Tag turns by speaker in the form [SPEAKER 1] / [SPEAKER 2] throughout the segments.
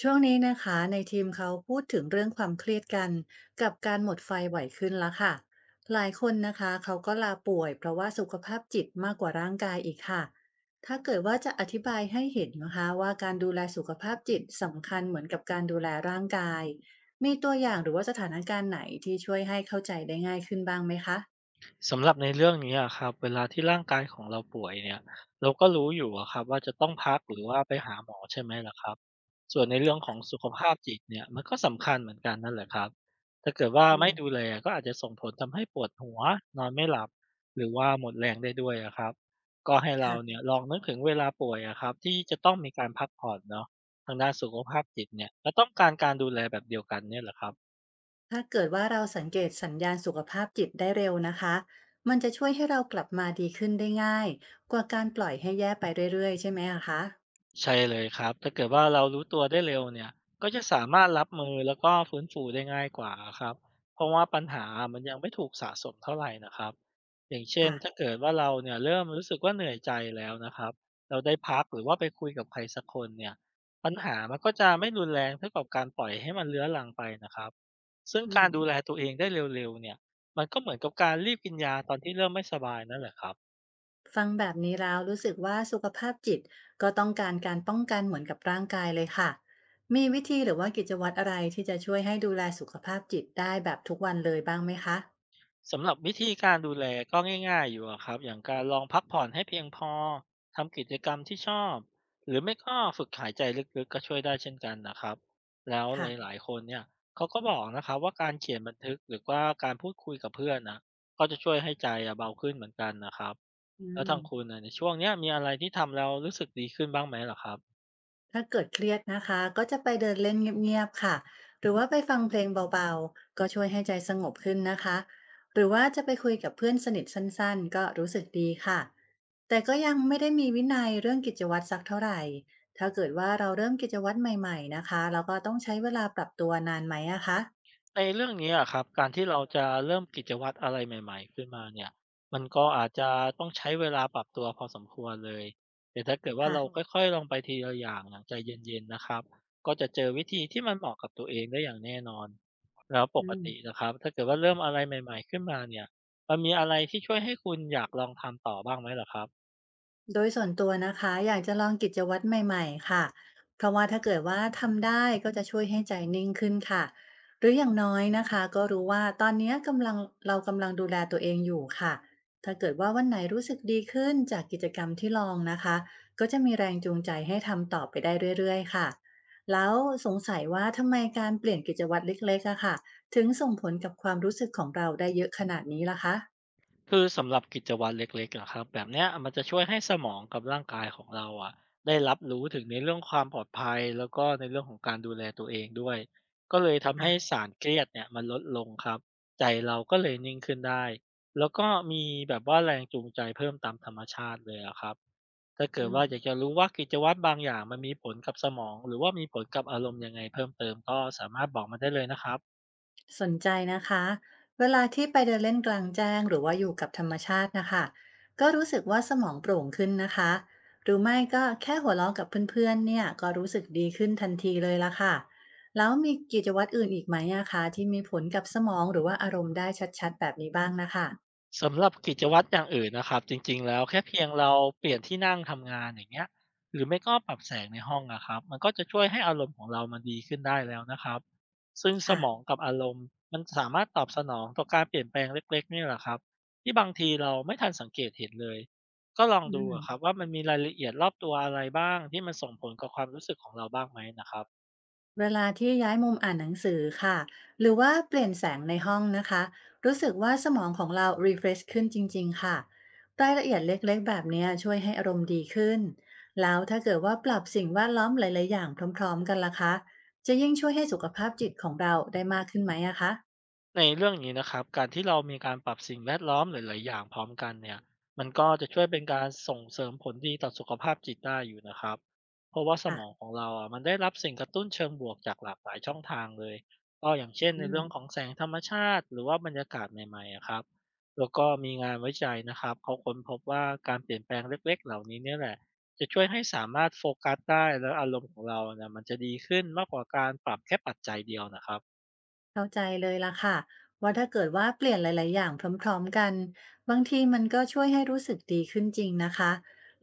[SPEAKER 1] ช่วงนี้นะคะในทีมเขาพูดถึงเรื่องความเครียดกันกับการหมดไฟบ่อยขึ้นแล้วค่ะหลายคนนะคะเขาก็ลาป่วยเพราะว่าสุขภาพจิตมากกว่าร่างกายอีกค่ะถ้าเกิดว่าจะอธิบายให้เห็นนะคะว่าการดูแลสุขภาพจิตสำคัญเหมือนกับการดูแลร่างกายมีตัวอย่างหรือว่าสถานการณ์ไหนที่ช่วยให้เข้าใจได้ง่ายขึ้นบ้างไหมคะ
[SPEAKER 2] สำหรับในเรื่องนี้อะครับเวลาที่ร่างกายของเราป่วยเนี่ยเราก็รู้อยู่อะครับว่าจะต้องพักหรือว่าไปหาหมอใช่ไหมล่ะครับส่วนในเรื่องของสุขภาพจิตเนี่ยมันก็สำคัญเหมือนกันนั่นแหละครับถ้าเกิดว่า
[SPEAKER 1] อื
[SPEAKER 2] ไม่
[SPEAKER 1] ม
[SPEAKER 2] ดูแลก็อาจจะส่งผลทำให้ปวดหัวนอนไม่หลับหรือว่าหมดแรงได้ด้วยอะครับก็ให้เราเนี่
[SPEAKER 1] ค่ะ
[SPEAKER 2] ยลองนึกถึงเวลาป่วยอะครับที่จะต้องมีการพักผ่อนเนาะทางด้านสุขภาพจิตเนี่ยก็ต้องการการดูแลแบบเดียวกันเนี่ยแหละครับ
[SPEAKER 1] ถ้าเกิดว่าเราสังเกตสัญญาณสุขภาพจิตได้เร็วนะคะ มันจะช่วยให้เรากลับมาดีขึ้นได้ง่ายกว่าการปล่อยให้แย่ไปเรื่อยๆใช่ไหมอะคะ
[SPEAKER 2] ใช่เลยครับถ้าเกิดว่าเรารู้ตัวได้เร็วเนี่ยก็จะสามารถรับมือแล้วก็ฟื้นฟูได้ง่ายกว่าครับเพราะว่าปัญหามันยังไม่ถูกสะสมเท่าไหร่นะครับอย่างเช่น
[SPEAKER 1] ค่ะ
[SPEAKER 2] ถ้าเกิดว่าเราเนี่ยเริ่มรู้สึกว่าเหนื่อยใจแล้วนะครับเราได้พักหรือว่าไปคุยกับใครสักคนเนี่ยปัญหามันก็จะไม่รุนแรงเท่ากับการปล่อยให้มันเลื้อรังไปนะครับซึ่ง
[SPEAKER 1] อื
[SPEAKER 2] การ
[SPEAKER 1] ม
[SPEAKER 2] ดูแลตัวเองได้เร็วๆเนี่ยมันก็เหมือนกับการรีบกินยาตอนที่เริ่มไม่สบายนั่นแหละครับ
[SPEAKER 1] ฟังแบบนี้แล้วรู้สึกว่าสุขภาพจิตก็ต้องการการป้องกันเหมือนกับร่างกายเลยค่ะมีวิธีหรือว่ากิจวัตรอะไรที่จะช่วยให้ดูแลสุขภาพจิตได้แบบทุกวันเลยบ้างไหมคะ
[SPEAKER 2] สำหรับวิธีการดูแลก็ง่ายๆอยู่อะครับอย่างการลองพักผ่อนให้เพียงพอทำกิจกรรมที่ชอบหรือไม่ก็ฝึกหายใจลึกๆก็ช่วยได้เช่นกันนะครับแล้ว
[SPEAKER 1] ค่ะ
[SPEAKER 2] หลายๆคนเนี่ยเขาก็บอกนะครับว่าการเขียนบันทึกหรือว่าการพูดคุยกับเพื่อนนะก็จะช่วยให้ใจอะเบาขึ้นเหมือนกันนะครับ
[SPEAKER 1] อื
[SPEAKER 2] แล้ว
[SPEAKER 1] ม
[SPEAKER 2] ทางคุณอะในช่วงเนี้ยมีอะไรที่ทำแล้วรู้สึกดีขึ้นบ้างไหมเหรอครับ
[SPEAKER 1] ถ้าเกิดเครียดนะคะก็จะไปเดินเล่นเงียบๆค่ะหรือว่าไปฟังเพลงเบาๆก็ช่วยให้ใจสงบขึ้นนะคะหรือว่าจะไปคุยกับเพื่อนสนิทสั้นๆก็รู้สึกดีค่ะแต่ก็ยังไม่ได้มีวินัยเรื่องกิจวัตรสักเท่าไหร่ถ้าเกิดว่าเราเริ่มกิจวัตรใหม่ๆนะคะเราก็ต้องใช้เวลาปรับตัวนานไหมอะคะ
[SPEAKER 2] ในเรื่องนี้อะครับการที่เราจะเริ่มกิจวัตรอะไรใหม่ๆขึ้นมาเนี่ยมันก็อาจจะต้องใช้เวลาปรับตัวพอสมควรเลยแต่ถ้าเกิดว่าเรา
[SPEAKER 1] ค่ะ
[SPEAKER 2] ค่อยๆลองไปทีละอย่างอย่างใจเย็นๆนะครับก็จะเจอวิธีที่มันเหมาะกับตัวเองได้อย่างแน่นอนแล้วป
[SPEAKER 1] อื
[SPEAKER 2] ก
[SPEAKER 1] ม
[SPEAKER 2] ตินะครับถ้าเกิดว่าเริ่มอะไรใหม่ๆขึ้นมาเนี่ยมันมีอะไรที่ช่วยให้คุณอยากลองทำต่อบ้างไหมเหรอครับ
[SPEAKER 1] โดยส่วนตัวนะคะอยากจะลองกิจวัตรใหม่ๆค่ะเพราะว่าถ้าเกิดว่าทำได้ก็จะช่วยให้ใจนิ่งขึ้นค่ะหรืออย่างน้อยนะคะก็รู้ว่าตอนเนี้ยกำลังเรากำลังดูแลตัวเองอยู่ค่ะถ้าเกิดว่าวันไหนรู้สึกดีขึ้นจากกิจกรรมที่ลองนะคะก็จะมีแรงจูงใจให้ทำต่อไปได้เรื่อยๆค่ะแล้วสงสัยว่าทำไมการเปลี่ยนกิจวัตรเล็กๆอะค่ะถึงส่งผลกับความรู้สึกของเราได้เยอะขนาดนี้ล่ะคะ
[SPEAKER 2] คือสำหรับกิจวัตรเล็กๆนะครับแบบเนี้ยมันจะช่วยให้สมองกับร่างกายของเราอะได้รับรู้ถึงในเรื่องความปลอดภัยแล้วก็ในเรื่องของการดูแลตัวเองด้วยก็เลยทำ
[SPEAKER 1] อ่ะ
[SPEAKER 2] ให้สารเครียดเนี่ยมันลดลงครับใจเราก็เลยนิ่งขึ้นได้แล้วก็มีแบบว่าแรงจูงใจเพิ่มตามธรรมชาติเลยอะครับถ้าเกิ
[SPEAKER 1] อื
[SPEAKER 2] ดว่าอยาก
[SPEAKER 1] ม
[SPEAKER 2] จะรู้ว่ากิจวัตรบางอย่างมันมีผลกับสมองหรือว่ามีผลกับอารมณ์ยังไงเพิ่มเติมก็สามารถบอกมาได้เลยนะครับ
[SPEAKER 1] สนใจนะคะเวลาที่ไปเดินเล่นกลางแจ้งหรือว่าอยู่กับธรรมชาตินะคะก็รู้สึกว่าสมองโปร่งขึ้นนะคะหรือไม่ก็แค่หัวเราะกับเพื่อนๆเนี่ยก็รู้สึกดีขึ้นทันทีเลยละค่ะแล้วมีกิจวัตรอื่นอีกไหมอะคะที่มีผลกับสมองหรือว่าอารมณ์ได้ชัดๆแบบนี้บ้างนะคะ
[SPEAKER 2] สำหรับกิจวัตรอย่างอื่นนะครับจริงๆแล้วแค่เพียงเราเปลี่ยนที่นั่งทำงานอย่างเงี้ยหรือไม่ก็ปรับแสงในห้องนะครับมันก็จะช่วยให้อารมณ์ของเรามันดีขึ้นได้แล้วนะครับซึ่งส
[SPEAKER 1] ค่ะ
[SPEAKER 2] มองกับอารมณ์มันสามารถตอบสนองต่อการเปลี่ยนแปลงเล็กๆนี่แหละครับที่บางทีเราไม่ทันสังเกตเห็นเลยก็ลอง
[SPEAKER 1] อื
[SPEAKER 2] ดู
[SPEAKER 1] ม
[SPEAKER 2] อะครับว่ามันมีรายละเอียดรอบตัวอะไรบ้างที่มันส่งผลกับความรู้สึกของเราบ้างไหมนะครับ
[SPEAKER 1] เวลาที่ย้ายมุมอ่านหนังสือค่ะหรือว่าเปลี่ยนแสงในห้องนะคะรู้สึกว่าสมองของเรา refresh ขึ้นจริงๆค่ะรายละเอียดเล็กๆแบบเนี้ยช่วยให้อารมณ์ดีขึ้นแล้วถ้าเกิดว่าปรับสิ่งแวดล้อมหลายๆอย่างพร้อมๆกันล่ะคะจะยิ่งช่วยให้สุขภาพจิตของเราได้มากขึ้นไหมอะคะ
[SPEAKER 2] ในเรื่องนี้นะครับการที่เรามีการปรับสิ่งแวดล้อมหลายๆอย่างพร้อมกันเนี่ยมันก็จะช่วยเป็นการส่งเสริมผลดีต่อสุขภาพจิตได้อยู่นะครับเพราะว่าส
[SPEAKER 1] ค่ะ
[SPEAKER 2] มองของเราอ่ะมันได้รับสิ่งกระตุ้นเชิงบวกจากหลากหลายช่องทางเลยก็อย่างเช่นใน
[SPEAKER 1] อืม
[SPEAKER 2] เรื่องของแสงธรรมชาติหรือว่าบรรยากาศใหม่ๆอะครับแล้วก็มีงานวิจัยนะครับเขาค้นพบว่าการเปลี่ยนแปลงเล็กๆเหล่านี้เนี่ยแหละจะช่วยให้สามารถโฟกัสได้แล้วอารมณ์ของเราเนี่ยมันจะดีขึ้นมากกว่าการปรับแค่ปัจจัยเดียวนะครับ
[SPEAKER 1] เข้าใจเลยล่ะค่ะว่าถ้าเกิดว่าเปลี่ยนหลายๆอย่างพร้อมๆกันบางทีมันก็ช่วยให้รู้สึกดีขึ้นจริงนะคะ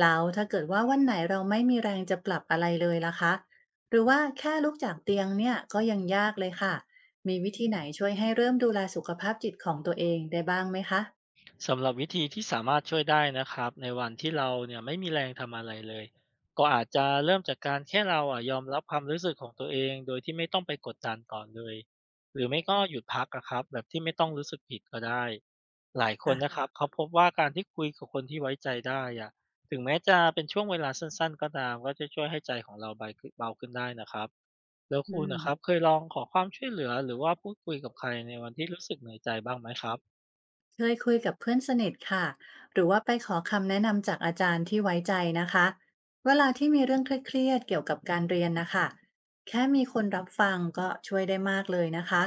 [SPEAKER 1] แล้วถ้าเกิดว่าวันไหนเราไม่มีแรงจะปรับอะไรเลยล่ะคะหรือว่าแค่ลุกจากเตียงเนี่ยก็ยังยากเลยค่ะมีวิธีไหนช่วยให้เริ่มดูแลสุขภาพจิตของตัวเองได้บ้างไหมคะ
[SPEAKER 2] สำหรับวิธีที่สามารถช่วยได้นะครับในวันที่เราเนี่ยไม่มีแรงทำอะไรเลยก็อาจจะเริ่มจากการแค่เราอ่ะยอมรับความรู้สึกของตัวเองโดยที่ไม่ต้องไปกดดันก่อนเลยหรือไม่ก็หยุดพักอะครับแบบที่ไม่ต้องรู้สึกผิดก็ได้หลายคนนะ
[SPEAKER 1] ค่ะ
[SPEAKER 2] ครับเขาพบว่าการที่คุยกับคนที่ไว้ใจได้อะถึงแม้จะเป็นช่วงเวลาสั้นๆก็ตามก็จะช่วยให้ใจของเราเบาขึ้นได้นะครับแล้ว
[SPEAKER 1] อื
[SPEAKER 2] คุณ
[SPEAKER 1] ม
[SPEAKER 2] นะครับเคยลองขอความช่วยเหลือหรือว่าพูดคุยกับใครในวันที่รู้สึกเหนื่อยใจบ้างไหมครับ
[SPEAKER 1] เคยคุยกับเพื่อนสนิทค่ะหรือว่าไปขอคำแนะนำจากอาจารย์ที่ไว้ใจนะคะเวลาที่มีเรื่องเครียดๆเกี่ยวกับการเรียนนะคะแค่มีคนรับฟังก็ช่วยได้มากเลยนะคะ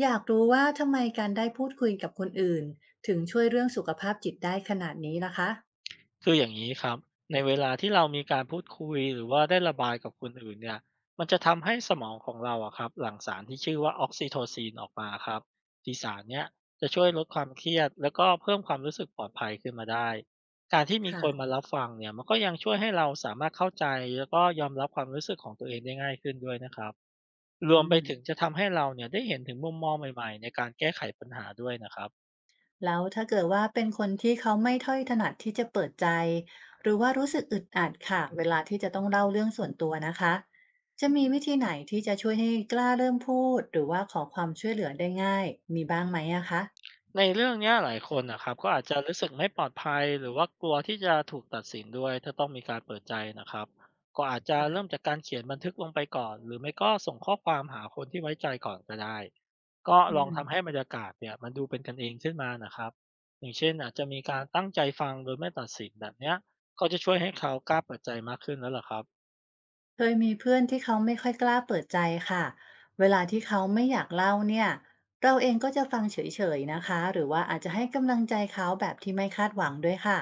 [SPEAKER 1] อยากรู้ว่าทำไมการได้พูดคุยกับคนอื่นถึงช่วยเรื่องสุขภาพจิตได้ขนาดนี้นะคะ
[SPEAKER 2] คืออย่างนี้ครับในเวลาที่เรามีการพูดคุยหรือว่าได้ระบายกับคนอื่นเนี่ยมันจะทำให้สมองของเราอะครับหลั่งสารที่ชื่อว่าออกซิโทซินออกมาครับที่สารเนี้ยจะช่วยลดความเครียดแล้วก็เพิ่มความรู้สึกปลอดภัยขึ้นมาได้การที่มีค
[SPEAKER 1] ค่ะ
[SPEAKER 2] นมารับฟังเนี่ยมันก็ยังช่วยให้เราสามารถเข้าใจแล้วก็ยอมรับความรู้สึกของตัวเองได้ง่ายขึ้นด้วยนะครับรวม
[SPEAKER 1] อื
[SPEAKER 2] ไปถึง
[SPEAKER 1] ม
[SPEAKER 2] จะทำให้เราเนี่ยได้เห็นถึงมุมมองใหม่ๆในการแก้ไขปัญหาด้วยนะครับ
[SPEAKER 1] แล้วถ้าเกิดว่าเป็นคนที่เขาไม่ค่อยถนัดที่จะเปิดใจหรือว่ารู้สึกอึดอัดค่ะเวลาที่จะต้องเล่าเรื่องส่วนตัวนะคะจะมีวิธีไหนที่จะช่วยให้กล้าเริ่มพูดหรือว่าขอความช่วยเหลือได้ง่ายมีบ้างไหมอะคะ
[SPEAKER 2] ในเรื่องเนี้ยหลายคนนะครับก็อาจจะรู้สึกไม่ปลอดภัยหรือว่ากลัวที่จะถูกตัดสินด้วยถ้าต้องมีการเปิดใจนะครับก็อาจจะเริ่
[SPEAKER 1] ค่ะ
[SPEAKER 2] มจากการเขียนบันทึกลงไปก่อนหรือไม่ก็ส่งข้อความหาคนที่ไว้ใจก่อนก็ได้ก็
[SPEAKER 1] อื
[SPEAKER 2] ลองทำให้
[SPEAKER 1] ม
[SPEAKER 2] บรรยากาศเนี่ยมันดูเป็นกันเองขึ้นมานะครับอย่างเช่นอาจจะมีการตั้งใจฟังโดยไม่ตัดสินแบบเนี้ยก็จะช่วยให้เขากล้าเปิดใจมากขึ้นแล้วล่ะครับ
[SPEAKER 1] เคยมีเพื่อนที่เขาไม่ค่อยกล้าเปิดใจค่ะเวลาที่เขาไม่อยากเล่าเนี่ยเราเองก็จะฟังเฉยๆนะคะ หรือว่าอาจจะให้กำลังใจเขาแบบที่ไม่คาดหวังด้วยค่ะ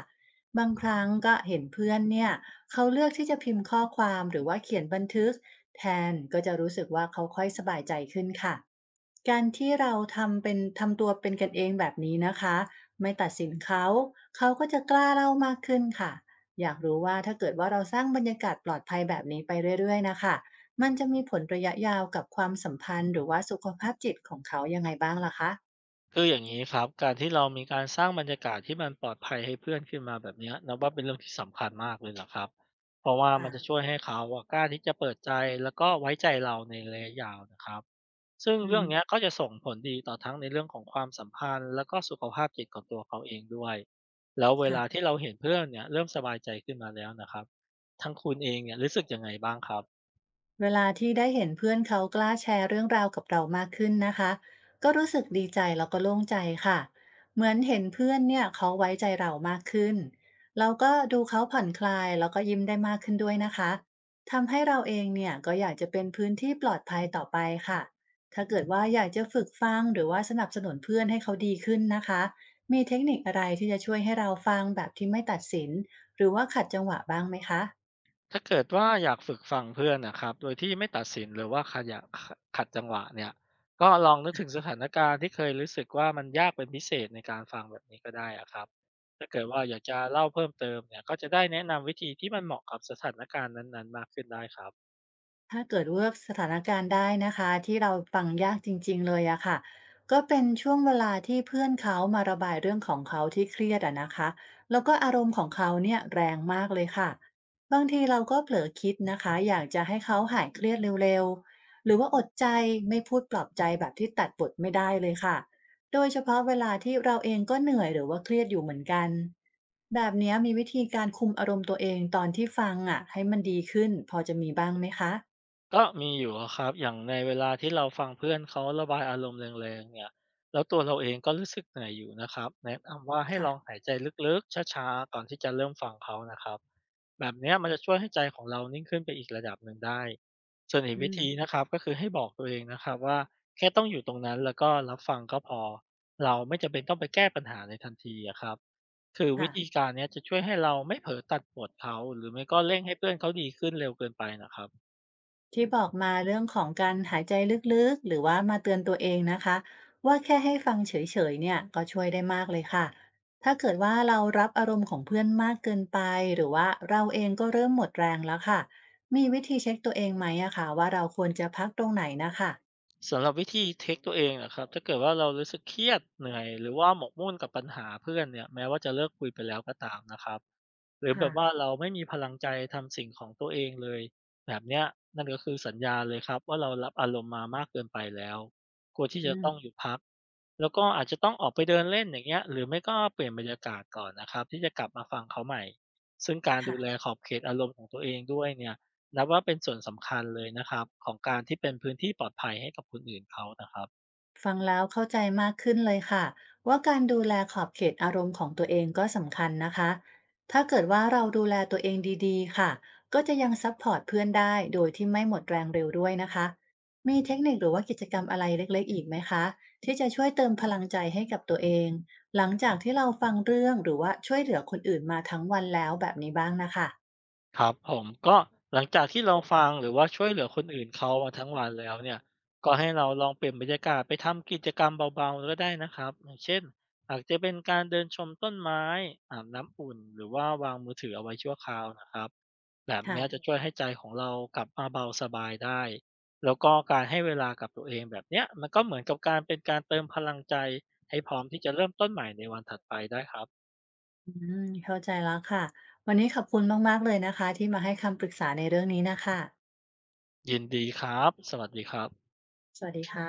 [SPEAKER 1] บางครั้งก็เห็นเพื่อนเนี่ยเขาเลือกที่จะพิมพ์ข้อความหรือว่าเขียนบันทึกแทนก็จะรู้สึกว่าเขาค่อยสบายใจขึ้นค่ะ การที่เราทำเป็นทำตัวเป็นกันเองแบบนี้นะคะไม่ตัดสินเขาเขาก็จะกล้าเล่ามากขึ้นค่ะอยากรู้ว่าถ้าเกิดว่าเราสร้างบรรยากาศปลอดภัยแบบนี้ไปเรื่อยๆนะคะมันจะมีผลระยะยาวกับความสัมพันธ์หรือว่าสุขภาพจิตของเขายังไงบ้างล่ะคะ
[SPEAKER 2] คืออย่างนี้ครับการที่เรามีการสร้างบรรยากาศที่มันปลอดภัยให้เพื่อนขึ้นมาแบบเนี้ยนับว่าเป็นเรื่องที่สำคัญมากเลยล่ะครับเพราะว่ามั
[SPEAKER 1] ค่ะ
[SPEAKER 2] นจะช่วยให้เขาอะกล้าที่จะเปิดใจแล้วก็ไว้ใจเราในระยะยาวนะครับซึ่ง
[SPEAKER 1] อื
[SPEAKER 2] เรื่องเนี้ย
[SPEAKER 1] ม
[SPEAKER 2] ก็จะส่งผลดีต่อทั้งในเรื่องของความสัมพันธ์แล้วก็สุขภาพจิตของตัวเขาเองด้วยแล้วเวลา
[SPEAKER 1] ค่ะ
[SPEAKER 2] ที่เราเห็นเพื่อนเนี่ยเริ่มสบายใจขึ้นมาแล้วนะครับทั้งคุณเองเนี่ยรู้สึกยังไงบ้างครับ
[SPEAKER 1] เวลาที่ได้เห็นเพื่อนเขากล้าแชร์เรื่องราวกับเรามากขึ้นนะคะก็รู้สึกดีใจแล้วก็โล่งใจค่ะเหมือนเห็นเพื่อนเนี่ยเขาไว้ใจเรามากขึ้นเราก็ดูเขาผ่อนคลายแล้วก็ยิ้มได้มากขึ้นด้วยนะคะทำให้เราเองเนี่ยก็อยากจะเป็นพื้นที่ปลอดภัยต่อไปค่ะถ้าเกิดว่าอยากจะฝึกฟังหรือว่าสนับสนุนเพื่อนให้เขาดีขึ้นนะคะมีเทคนิคอะไรที่จะช่วยให้เราฟังแบบที่ไม่ตัดสินหรือว่าขัดจังหวะบ้างไหมคะ
[SPEAKER 2] ถ้าเกิดว่าอยากฝึกฟังเพื่อนนะครับโดยที่ไม่ตัดสินหรือว่าขยะขะขัดจังหวะเนี่ยก็ลองนึกถึงสถานการณ์ที่เคยรู้สึกว่ามันยากเป็นพิเศษในการฟังแบบนี้ก็ได้อะครับถ้าเกิดว่าอยากจะเล่าเพิ่มเติมเนี่ยก็จะได้แนะนำวิธีที่มันเหมาะกับสถานการณ์นั้นๆมากขึ้นได้ครับ
[SPEAKER 1] ถ้าเกิดเลือสถานการณ์ได้นะคะที่เราฟังยากจริงๆเลยอะค่ะก็เป็นช่วงเวลาที่เพื่อนเขามาระบายเรื่องของเขาที่เครียดอะนะคะแล้วก็อารมณ์ของเขาเนี่ยแรงมากเลยค่ะบางทีเราก็เผลอคิดนะคะอยากจะให้เขาหายเครียดเร็วๆหรือว่าอดใจไม่พูดปลอบใจแบบที่ตัดบทไม่ได้เลยค่ะโดยเฉพาะเวลาที่เราเองก็เหนื่อยหรือว่าเครียดอยู่เหมือนกันแบบเนี้ยมีวิธีการคุมอารมณ์ตัวเองตอนที่ฟังอะให้มันดีขึ้นพอจะมีบ้างไหมคะ
[SPEAKER 2] ก็มีอยู่อะครับอย่างในเวลาที่เราฟังเพื่อนเขาระบายอารมณ์แรงๆเนี่ยแล้วตัวเราเองก็รู้สึกเหนื่อยอยู่นะครับแนะนำว่าให้ลอง
[SPEAKER 1] ค่ะ
[SPEAKER 2] หายใจลึกๆช้าๆก่อนที่จะเริ่มฟังเขานะครับแบบเนี้ยมันจะช่วยให้ใจของเรานิ่งขึ้นไปอีกระดับหนึ่งได้ส่วนอีก
[SPEAKER 1] อื
[SPEAKER 2] วิ
[SPEAKER 1] ม
[SPEAKER 2] ธีนะครับก็คือให้บอกตัวเองนะครับว่าแค่ต้องอยู่ตรงนั้นแล้วก็รับฟังก็พอเราไม่จำเป็นต้องไปแก้ปัญหาในทันทีอะครับคือวิ
[SPEAKER 1] ค่ะ
[SPEAKER 2] ธีการเนี้ยจะช่วยให้เราไม่เผลอตัดบทเขาหรือไม่ก็เร่งให้เพื่อนเขาดีขึ้นเร็วเกินไปนะครับ
[SPEAKER 1] ที่บอกมาเรื่องของการหายใจลึกๆหรือว่ามาเตือนตัวเองนะคะ ว่าแค่ให้ฟังเฉยๆเนี่ยก็ช่วยได้มากเลยค่ะ ถ้าเกิดว่าเรารับอารมณ์ของเพื่อนมากเกินไปหรือว่าเราเองก็เริ่มหมดแรงแล้วค่ะ มีวิธีเช็คตัวเองไหมอะคะว่าเราควรจะพักตรงไหนนะคะ
[SPEAKER 2] สำหรับวิธีเทคตัวเองนะครับถ้าเกิดว่าเรารู้สึกเครียดเหนื่อยหรือว่าหมกมุ่นกับปัญหาเพื่อนเนี่ยแม้ว่าจะเลิกคุยไปแล้วก็ตามนะครับ หรือแบ
[SPEAKER 1] ค่ะ
[SPEAKER 2] บว่าเราไม่มีพลังใจทำสิ่งของตัวเองเลยแบบเนี้ยนั่นก็คือสัญญาณเลยครับว่าเรารับอารมณ์มามากเกินไปแล้วควรที่
[SPEAKER 1] อื
[SPEAKER 2] จะ
[SPEAKER 1] ม
[SPEAKER 2] ต้องหยุดพักแล้วก็อาจจะต้องออกไปเดินเล่นอย่างเงี้ยหรือไม่ก็เปลี่ยนบรรยากาศก่อนนะครับที่จะกลับมาฟังเขาใหม่ซึ่งการดูแล
[SPEAKER 1] ค่ะ
[SPEAKER 2] ขอบเขตอารมณ์ของตัวเองด้วยเนี่ยนับว่าเป็นส่วนสำคัญเลยนะครับของการที่เป็นพื้นที่ปลอดภัยให้กับคนอื่นเขานะครับ
[SPEAKER 1] ฟังแล้วเข้าใจมากขึ้นเลยค่ะว่าการดูแลขอบเขตอารมณ์ของตัวเองก็สำคัญนะคะถ้าเกิดว่าเราดูแลตัวเองดีๆค่ะก็จะยังซัพพอร์ตเพื่อนได้โดยที่ไม่หมดแรงเร็วด้วยนะคะมีเทคนิคหรือว่ากิจกรรมอะไรเล็กๆอีกไหมคะที่จะช่วยเติมพลังใจให้กับตัวเองหลังจากที่เราฟังเรื่องหรือว่าช่วยเหลือคนอื่นมาทั้งวันแล้วแบบนี้บ้างนะคะ
[SPEAKER 2] ครับผมก็หลังจากที่เราฟังหรือว่าช่วยเหลือคนอื่นเขามาทั้งวันแล้วเนี่ยก็ให้เราลองเปลี่ยนบรรยากาศไปทำกิจกรรมเบาๆก็ได้นะครับอย่างเช่นอาจจะเป็นการเดินชมต้นไม้อาบน้ำอุ่นหรือว่าวางมือถือเอาไว้ชั่วคราวนะครับแบบ
[SPEAKER 1] ค่ะ
[SPEAKER 2] เนี้ยจะช่วยให้ใจของเรากลับมาเบาสบายได้แล้วก็การให้เวลากับตัวเองแบบเนี้ยมันก็เหมือนกับการเป็นการเติมพลังใจให้พร้อมที่จะเริ่มต้นใหม่ในวันถัดไปได้ครับ
[SPEAKER 1] อืมเข้าใจแล้วค่ะวันนี้ขอบคุณมากๆเลยนะคะที่มาให้คำปรึกษาในเรื่องนี้นะคะ
[SPEAKER 2] ยินดีครับสวัสดีครับ
[SPEAKER 1] สวัสดีค่ะ